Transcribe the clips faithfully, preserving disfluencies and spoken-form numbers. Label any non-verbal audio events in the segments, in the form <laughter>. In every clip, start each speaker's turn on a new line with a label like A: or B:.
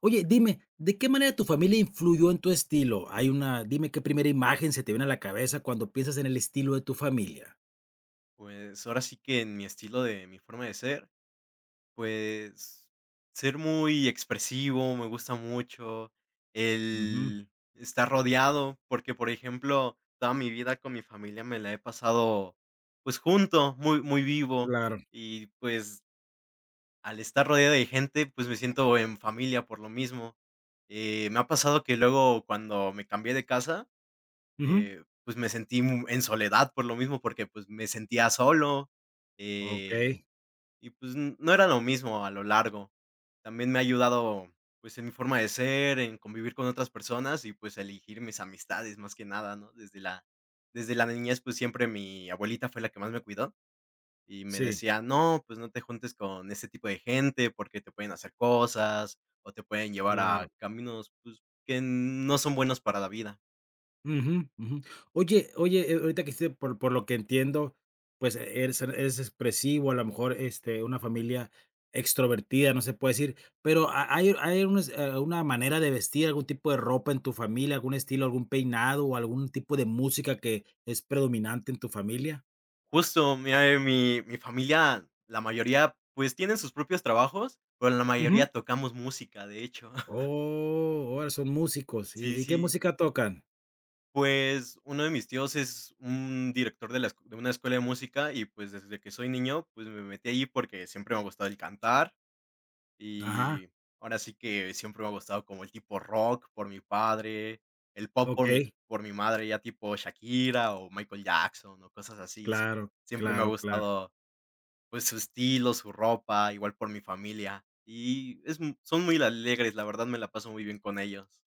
A: Oye, dime, ¿de qué manera tu familia influyó en tu estilo? Hay una dime qué primera imagen se te viene a la cabeza cuando piensas en el estilo de tu familia.
B: Pues, ahora sí que en mi estilo de mi forma de ser, pues, ser muy expresivo, me gusta mucho
A: Ujú,
B: el estar rodeado, porque, por ejemplo, toda mi vida con mi familia me la he pasado, pues, junto, muy muy vivo
A: claro.
B: y, pues, al estar rodeado de gente, pues, me siento en familia por lo mismo. Eh, me ha pasado que luego cuando me cambié de casa,
A: Ujú,
B: eh, pues, me sentí mu- en soledad por lo mismo, porque, pues, me sentía solo, eh
A: okey,
B: y, pues, n no era lo mismo a lo largo. También me ha ayudado, pues, en mi forma de ser, en convivir con otras personas y, pues, elegir mis amistades, más que nada, ¿no? Desde la desde la niñez, pues, siempre mi abuelita fue la que más me cuidó y me
A: sí,
B: decía: "No, pues, no te juntes con ese tipo de gente porque te pueden hacer cosas o te pueden llevar a
A: claro.
B: caminos, pues, que no son buenos para la vida".
A: Ujú, ujú. Oye oye, eh, ahorita que hiciste por por lo que entiendo, pues, e eres eres expresivo, a lo mejor, este, una familia extrovertida, no se puede decir, pero, ¿ha hay hay unas, eh, una manera de vestir, algún tipo de ropa en tu familia, algún estilo, algún peinado o algún tipo de música que es predominante en tu familia?
B: Justo, mira, eh, mi mi familia, la mayoría, pues, tienen sus propios trabajos, pero la
A: Ujú.
B: mayoría tocamos música, de hecho.
A: Oh, ahora son músicos,
B: Sí,
A: ¿y y qué
B: sí.
A: música tocan?
B: Pues, uno de mis tíos es un director de la escu de una escuela de música y, pues, desde que soy niño, pues, me metí ahí porque siempre me ha gustado el cantar,
A: Ajá,
B: y ahora sí que siempre me ha gustado como el tipo rock por mi padre, el pop por mi
A: okey,
B: por mi madre, ya tipo Shakira o Michael Jackson o cosas así. Sie
A: claro,
B: siempre me ha
A: claro, claro.
B: gustado, pues, su estilo, su ropa, igual por mi familia, y es mu- son muy alegres, la verdad me la paso muy bien con ellos.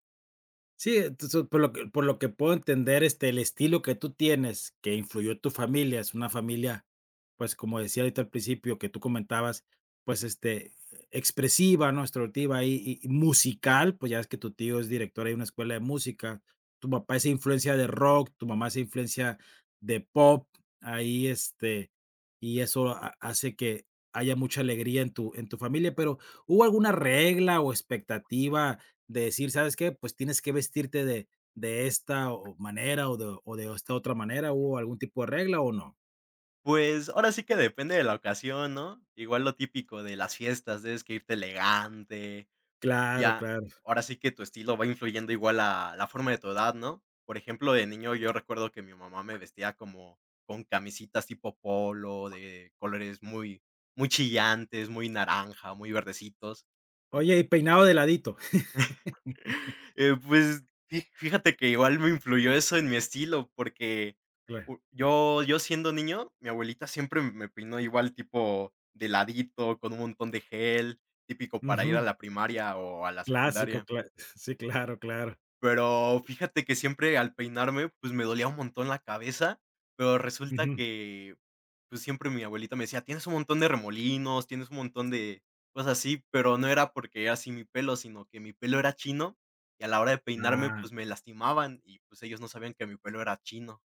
A: Sí, entonces, por lo que por lo que puedo entender, este, el estilo que tú tienes, que influyó tu familia, es una familia, pues, como decía ahorita al principio, que tú comentabas, pues, este, expresiva, ¿no?, extrovertida y y musical, pues, ya es que tu tío es director ahí de una escuela de música, tu papá es influencia de rock, tu mamá es influencia de pop, ahí, este, y eso ha hace que haya mucha alegría en tu en tu familia, pero, ¿hubo alguna regla o expectativa de decir, ¿sabes qué? Pues tienes que vestirte de, de esta o- manera o de, o de esta otra manera, ¿hubo algún tipo de regla o no?
B: Pues, ahora sí que depende de la ocasión, ¿no? Igual lo típico de las fiestas, debes que irte elegante,
A: Claro,
B: ya,
A: claro.
B: ahora sí que tu estilo va influyendo igual a la forma de tu edad, ¿no? Por ejemplo, de niño yo recuerdo que mi mamá me vestía como con camisitas tipo polo, de colores muy muy chillantes, muy naranja, muy verdecitos.
A: Oye, y peinado de ladito. <laughs>
B: Eh, pues, fi fíjate que igual me influyó eso en mi estilo, porque
A: Cla-
B: u yo yo siendo niño, mi abuelita siempre me peinó igual tipo de ladito, con un montón de gel, típico para ir a
A: ujú.
B: la primaria o a la
A: Clásico,
B: secundaria.
A: cla- <laughs> sí, claro, claro.
B: Pero fíjate que siempre al peinarme, pues, me dolía un montón la cabeza, pero resulta
A: Ujú.
B: que, pues, siempre mi abuelita me decía: "Tienes un montón de remolinos, tienes un montón de cosas así", pero no era porque era así mi pelo, sino que mi pelo era chino, y a la hora de peinarme,
A: Ah,
B: pues, me lastimaban y, pues, ellos no sabían que mi pelo era chino.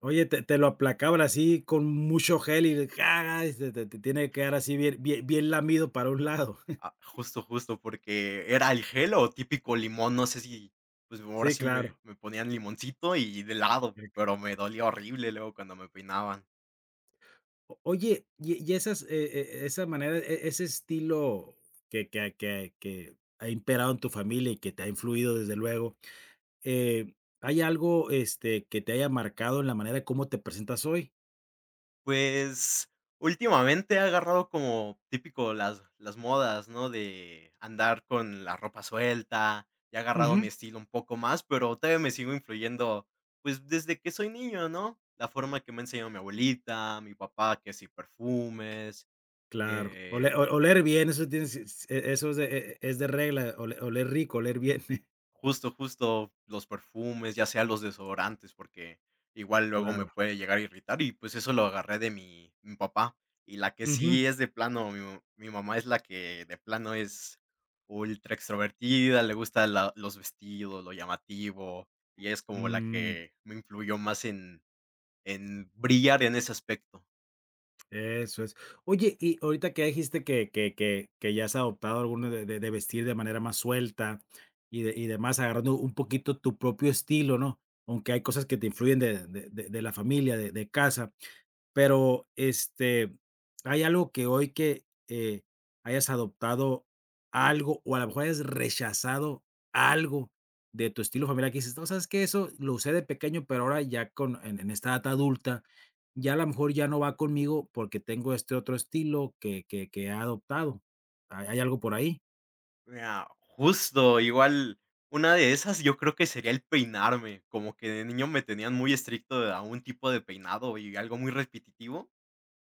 A: oye, te, te lo aplacaban así con mucho gel y de- ja, <laughs> te, te tiene que quedar así bien, bien, bien lamido para un lado. <laughs>
B: Ah, justo, justo, porque era el gel o típico limón, no sé si, pues, ahora
A: Sí,
B: sí me
A: claro.
B: me ponían limoncito y de lado, pero me dolía horrible luego cuando me peinaban.
A: O oye, y y esas, eh eh, esa manera, e ese estilo que que que que ha imperado en tu familia y que te ha influido desde luego, eh, ¿hay algo, este, que te haya marcado en la manera de cómo te presentas hoy?
B: Pues, últimamente ha agarrado como típico las las modas, ¿no? De andar con la ropa suelta, ya he agarrado mi
A: Ujú.
B: estilo un poco más, pero todavía me sigo influyendo, pues, desde que soy niño, ¿no? La forma que me ha enseñado mi abuelita, mi papá, que si perfumes.
A: Claro, ole o oler bien, eso tienes si si e eso es de e e, es de regla, ole oler rico, oler bien. <laughs>
B: Justo, justo, los perfumes, ya sea los desodorantes, porque igual luego me
A: Claro.
B: puede llegar a irritar y, pues, eso lo agarré de mi mi papá. Y la que
A: Ujú.
B: sí es de plano, mi ma mi mamá es la que de plano es ultra extrovertida, le gusta la los vestidos, lo llamativo, y es como la
A: Mm.
B: que me influyó más en en brillar en ese aspecto.
A: Eso es. Oye, y ahorita que dijiste que que que que ya has adoptado alguno de de de vestir de manera más suelta y de y demás, agarrando un poquito tu propio estilo, ¿no? Aunque hay cosas que te influyen de de de de la familia, de de casa. Pero, este, ¿hay algo que hoy que eh, hayas adoptado algo, o a lo mejor hayas rechazado algo de tu estilo familiar que dices: "No, ¿sabes que Eso lo usé de pequeño, pero ahora ya con en en esta edad adulta, ya a lo mejor ya no va conmigo porque tengo este otro estilo que que que he adoptado". ¿Hay hay algo por ahí?
B: Mira, justo, igual una de esas yo creo que sería el peinarme, como que de niño me tenían muy estricto de a un tipo de peinado y algo muy repetitivo,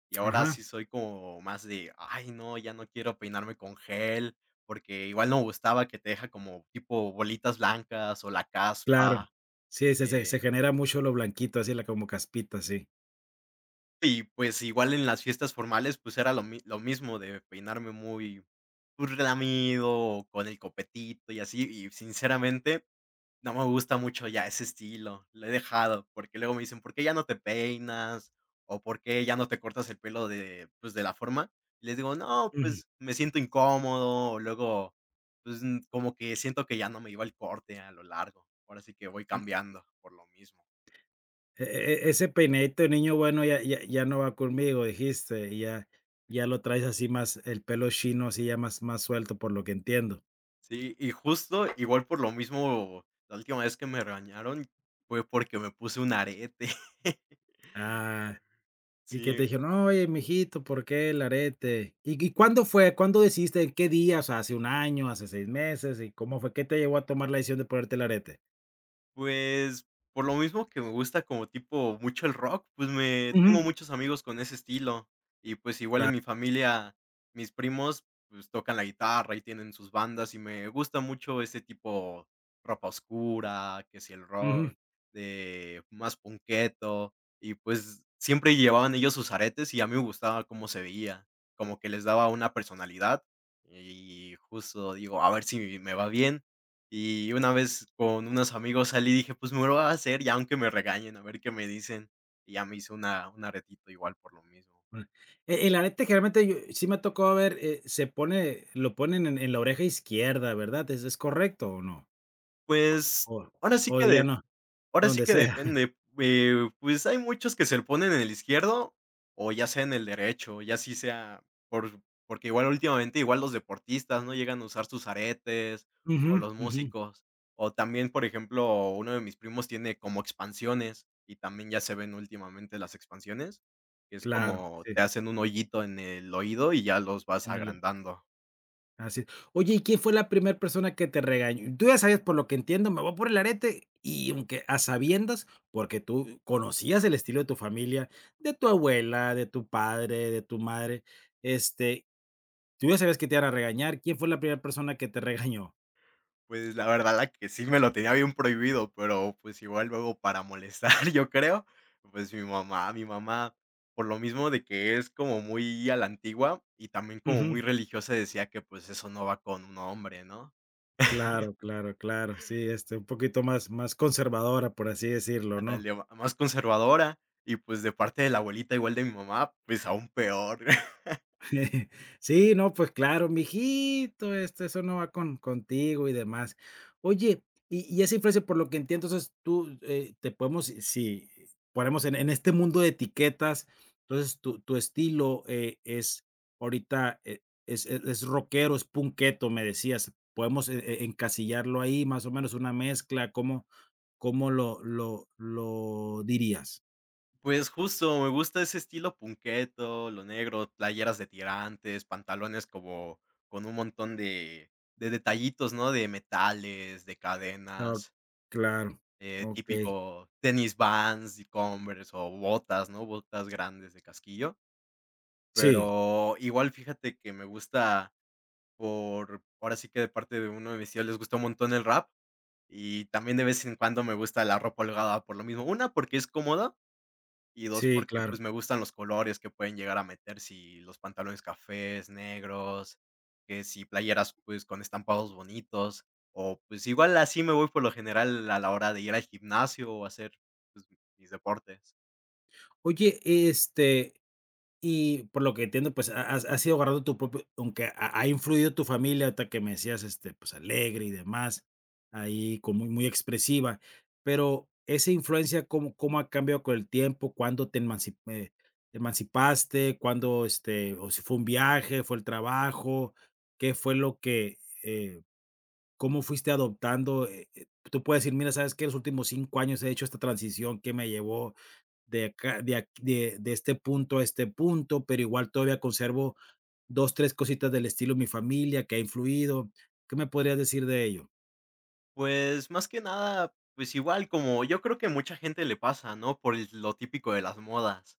B: y ahora
A: Ajá,
B: sí soy como más de, ay no, ya no quiero peinarme con gel, porque igual no me gustaba que te deja como tipo bolitas blancas o la
A: claro.
B: caspa,
A: Sí, se se
B: eh,
A: se genera mucho lo blanquito, así la como caspita, sí.
B: y pues igual en las fiestas formales pues era lo mi lo mismo de peinarme muy, pues, relamido, o con el copetito y así, y sinceramente no me gusta mucho ya ese estilo, lo he dejado, porque luego me dicen: "¿Por qué ya no te peinas? ¿O por qué ya no te cortas el pelo de, pues, de la forma?". Y les digo: "No, pues, me siento incómodo", o luego, pues, mm, como que siento que ya no me iba el corte a lo largo, ahora sí que voy
A: Ujú.
B: cambiando por lo mismo.
A: E e ese peinadito de niño bueno ya ya ya no va conmigo, dijiste, y ya ya lo traes así más el pelo chino, así ya más más suelto, por lo que entiendo.
B: Sí, y justo igual por lo mismo, la última vez que me regañaron fue porque me puse un arete. <laughs>
A: Ah, ¿y que te
B: Sí.
A: dijeron? "Oye, mijito, ¿por qué el arete?" ¿Y y cuándo fue? ¿Cuándo decidiste? ¿En qué día? O sea, ¿hace un año, hace seis meses? ¿Y cómo fue? ¿Qué te llevó a tomar la decisión de ponerte el arete?
B: Pues, por lo mismo que me gusta como tipo mucho el rock, pues, me tengo
A: Ujú.
B: muchos amigos con ese estilo. Y, pues, igual
A: La
B: en mi familia, mis primos, pues, tocan la guitarra y tienen sus bandas, y me gusta mucho ese tipo ropa oscura, que si el
A: ujú.
B: rock, de más punketo, y, pues, siempre llevaban ellos sus aretes y a mí me gustaba cómo se veía, como que les daba una personalidad. Y justo digo, a ver si me va bien. Y una vez con unos amigos salí y dije: "Pues, me lo voy a hacer y aunque me regañen, a ver qué me dicen". Y ya me hice una un aretito igual por lo mismo.
A: Bueno, E el arete generalmente yo sí me tocó ver, eh, se pone lo ponen en en la oreja izquierda, ¿verdad? ¿Es es correcto o no?
B: Pues,
A: ¿O
B: ahora sí
A: o
B: que
A: ya
B: de
A: no?
B: Ahora sí
A: Donde
B: que
A: sea. <laughs>
B: depende, eh, pues, hay muchos que se lo ponen en el izquierdo, o ya sea en el derecho, ya sí sea por porque igual últimamente igual los deportistas, ¿no?, llegan a usar sus aretes,
A: Ujú,
B: o los
A: ujú.
B: músicos, o también, por ejemplo, uno de mis primos tiene como expansiones, y también ya se ven últimamente las expansiones, que es
A: Claro,
B: como te
A: sí,
B: hacen un hoyito en el oído y ya los vas
A: en el
B: agrandando.
A: así es. Oye, ¿y quién fue la primera persona que te regañó? Tú ya sabías, por lo que entiendo, me voy por el arete, y aunque a sabiendas, porque tú conocías el estilo de tu familia, de tu abuela, de tu padre, de tu madre, este, tú ya sabías que te iban a regañar, ¿quién fue la primera persona que te regañó?
B: Pues, la verdad, la que sí me lo tenía bien prohibido, pero, pues, igual luego para molestar, <laughs> yo creo, pues, mi mamá mi mamá, por lo mismo de que es como muy a la antigua y también como
A: Ujú.
B: muy religiosa, decía que, pues, eso no va con un hombre, ¿no?
A: Claro, claro, claro. Sí, este, un poquito más más conservadora, por así decirlo, ¿no?
B: Ándale, ma- más conservadora y, pues, de parte de la abuelita, igual de mi mamá, pues, aún peor. <laughs>
A: <laughs> Sí, no, pues claro, mijito, esto, eso no va con contigo y demás. Oye, y y esa influencia, por lo que entiendo, entonces tú, eh, te podemos eh, si ponemos en en este mundo de etiquetas, entonces tu tu estilo, eh, es ahorita, eh, es es es rockero, es punketo, me decías. Podemos e e encasillarlo ahí, más o menos una mezcla, ¿cómo cómo lo lo lo dirías?
B: Pues justo, me gusta ese estilo punketo, lo negro, playeras de tirantes, pantalones como con un montón de de detallitos, ¿no? De metales, de
A: Ah,
B: cadenas,
A: claro,
B: eh,
A: okey.
B: típico tenis Vans y Converse o botas, ¿no? Botas grandes de casquillo.
A: Sí,
B: Pero igual fíjate que me gusta por ahora sí que de parte de uno de mis tíos les gusta un montón el rap y también de vez en cuando me gusta la ropa holgada por lo mismo. Una, porque es cómoda y dos
A: sí,
B: porque,
A: claro.
B: pues, me gustan los colores que pueden llegar a meter, si los pantalones cafés, negros, que si playeras, pues, con estampados bonitos, o, pues, igual así me voy por lo general a la hora de ir al gimnasio o hacer, pues, mis deportes.
A: Oye, este, y por lo que entiendo, pues, ha has has ido agarrando tu propio aunque ha ha influido tu familia, hasta que me decías, este, pues, alegre y demás, ahí como muy muy expresiva, pero esa influencia, ¿cómo cómo ha cambiado con el tiempo? ¿Cuándo te emanci eh, ¿te emancipaste? ¿Cuándo, este, o si fue un viaje, fue el trabajo? ¿Qué fue lo que, eh, cómo fuiste adoptando? Eh eh, tú puedes decir: "Mira, ¿sabes que Los últimos cinco años he hecho esta transición que me llevó de, acá, de, ac- de, de este punto a este punto, pero igual todavía conservo dos, tres cositas del estilo mi familia que ha influido. ¿Qué me podrías decir de ello?
B: Pues, más que nada, pues, igual como yo creo que mucha gente le pasa, ¿no? Por el lo típico de las modas.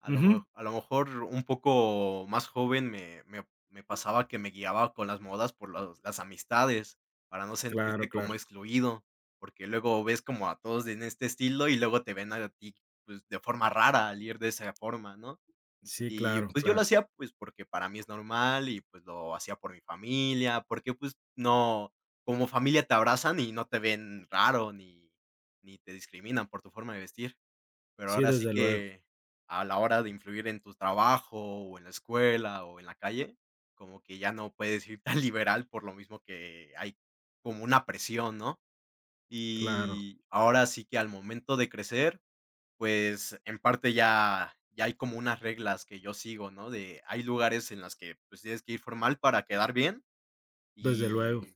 B: A lo
A: Ujú.
B: mo a lo mejor un poco más joven me me me pasaba que me guiaba con las modas por los las amistades, para no
A: Claro,
B: sentirte como
A: claro.
B: excluido, porque luego ves como a todos en este estilo y luego te ven a ti, pues, de forma rara al ir de esa forma, ¿no?
A: Sí,
B: Y,
A: claro,
B: pues, yo lo
A: claro.
B: hacía, pues, porque para mí es normal y, pues, lo hacía por mi familia, porque, pues, no como familia te abrazan y no te ven raro ni ni te discriminan por tu forma de vestir. Pero
A: Sí,
B: ahora sí
A: desde luego,
B: que a la hora de influir en tu trabajo, o en la escuela, o en la calle, como que ya no puedes ir <laughs> tan liberal por lo mismo que hay como una presión, ¿no?
A: claro,
B: Y ahora sí que al momento de crecer, pues en parte ya ya hay como unas reglas que yo sigo, ¿no? De hay lugares en las que, pues, tienes que ir formal para quedar bien,
A: desde luego.
B: y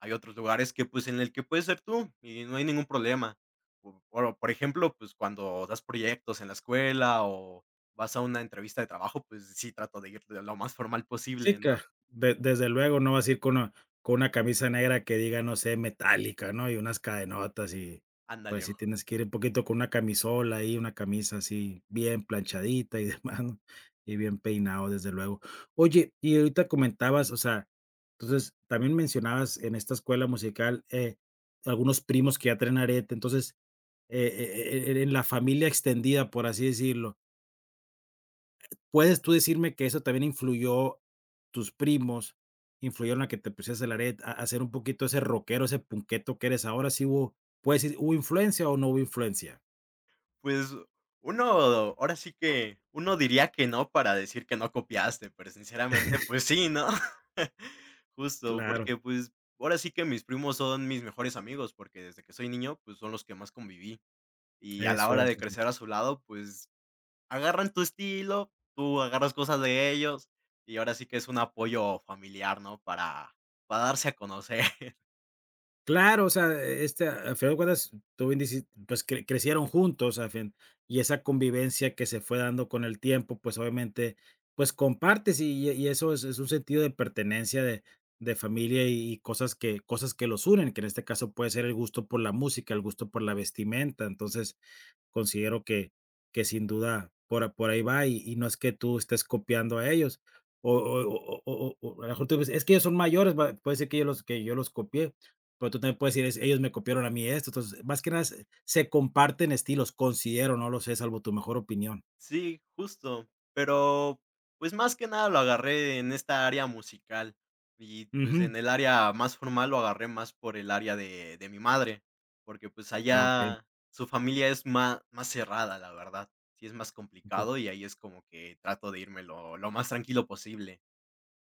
B: hay otros lugares que, pues, en el que puedes ser tú y no hay ningún problema. Po por por ejemplo, pues, cuando das proyectos en la escuela o vas a una entrevista de trabajo, pues sí trato de ir de lo más formal
A: Sí,
B: posible,
A: que,
B: ¿no?
A: de desde luego no vas a ir con una con una camisa negra que diga, no sé, metálica, ¿no? Y unas cadenotas y, pues,
B: Ándale,
A: sí
B: ju
A: tienes que ir un poquito con una camisola y una camisa así bien planchadita y <laughs> demás, ¿no? Y bien peinado, desde luego. Oye, y ahorita comentabas, o sea, entonces, también mencionabas en esta escuela musical, eh, algunos primos que ya traen arete, entonces, eh, e e e en la familia extendida, por así decirlo, ¿puedes tú decirme que eso también influyó tus primos, influyeron a que te pusieras el arete, a a ser un poquito ese rockero, ese punqueto que eres ahora? ¿Sí hubo, puedes decir, hubo influencia o no hubo influencia?
B: pues, uno ahora sí que uno diría que no para decir que no copiaste, pero sinceramente, pues sí, ¿no? <laughs> Justo,
A: Claro,
B: porque, pues, ahora sí que mis primos son mis mejores amigos, porque desde que soy niño, pues, son los que más conviví. Y a la
A: eso
B: hora
A: es.
B: de crecer a su lado, pues, agarran tu estilo, tú agarras cosas de ellos, y ahora sí que es un apoyo familiar, ¿no? Para para darse a conocer. <laughs>
A: Claro, o sea, e, este, al final de cuentas, tú bien dici pues, cre crecieron juntos, al fin, y esa convivencia que se fue dando con el tiempo, pues, obviamente, pues, compartes y y y eso es es un sentido de pertenencia de de familia y y cosas que cosas que los unen, que en este caso puede ser el gusto por la música, el gusto por la vestimenta. Entonces, considero que que sin duda por a por ahí va, y y no es que tú estés copiando a ellos, o o o o o o a lo mejor tú dices: "Es que ellos son mayores, va puede ser que yo los que yo los copié", pero tú también puedes decir: "Es ellos me copiaron a mí esto", entonces, más que nada se se comparten estilos, considero, no lo sé, salvo tu mejor opinión.
B: Sí, justo. Pero, pues, más que nada lo agarré en esta área musical. Y, pues,
A: Ujú.
B: en el área más formal lo agarré más por el área de de mi madre, porque, pues,
A: Ah, okey.
B: allá su familia es más más cerrada, la verdad. Sí es más complicado, y ahí es como que trato de irme lo lo más tranquilo posible.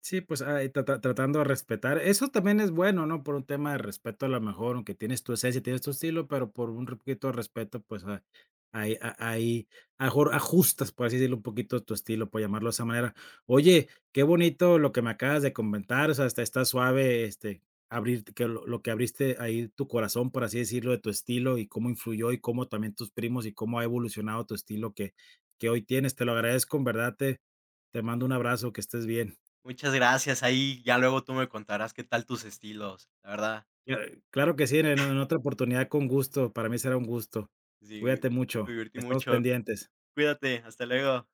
A: Sí, pues, ah, trata tratando de respetar. Eso también es bueno, ¿no? Por un tema de respeto, a lo mejor, aunque tienes tu esencia, tienes tu estilo, pero por un poquito de respeto, pues, ah, ahí ah, ahí, a lo mejor ajustas, por así decirlo, un poquito tu estilo, por llamarlo de esa manera. Oye, qué bonito lo que me acabas de comentar, o sea, está está suave, este, abrir que lo lo que abriste ahí tu corazón, por así decirlo, de tu estilo y cómo influyó, y cómo también tus primos, y cómo ha evolucionado tu estilo que que hoy tienes. Te lo agradezco, en verdad, te te mando un abrazo, que estés bien.
B: Muchas gracias, ahí ya luego tú me contarás qué tal tus estilos. La verdad,
A: Cla claro que sí, en en otra oportunidad con gusto, para mí será un gusto.
B: sí,
A: Cuídate
B: me
A: mucho,
B: divertí
A: estamos
B: mucho.
A: pendientes.
B: Cuídate, hasta luego.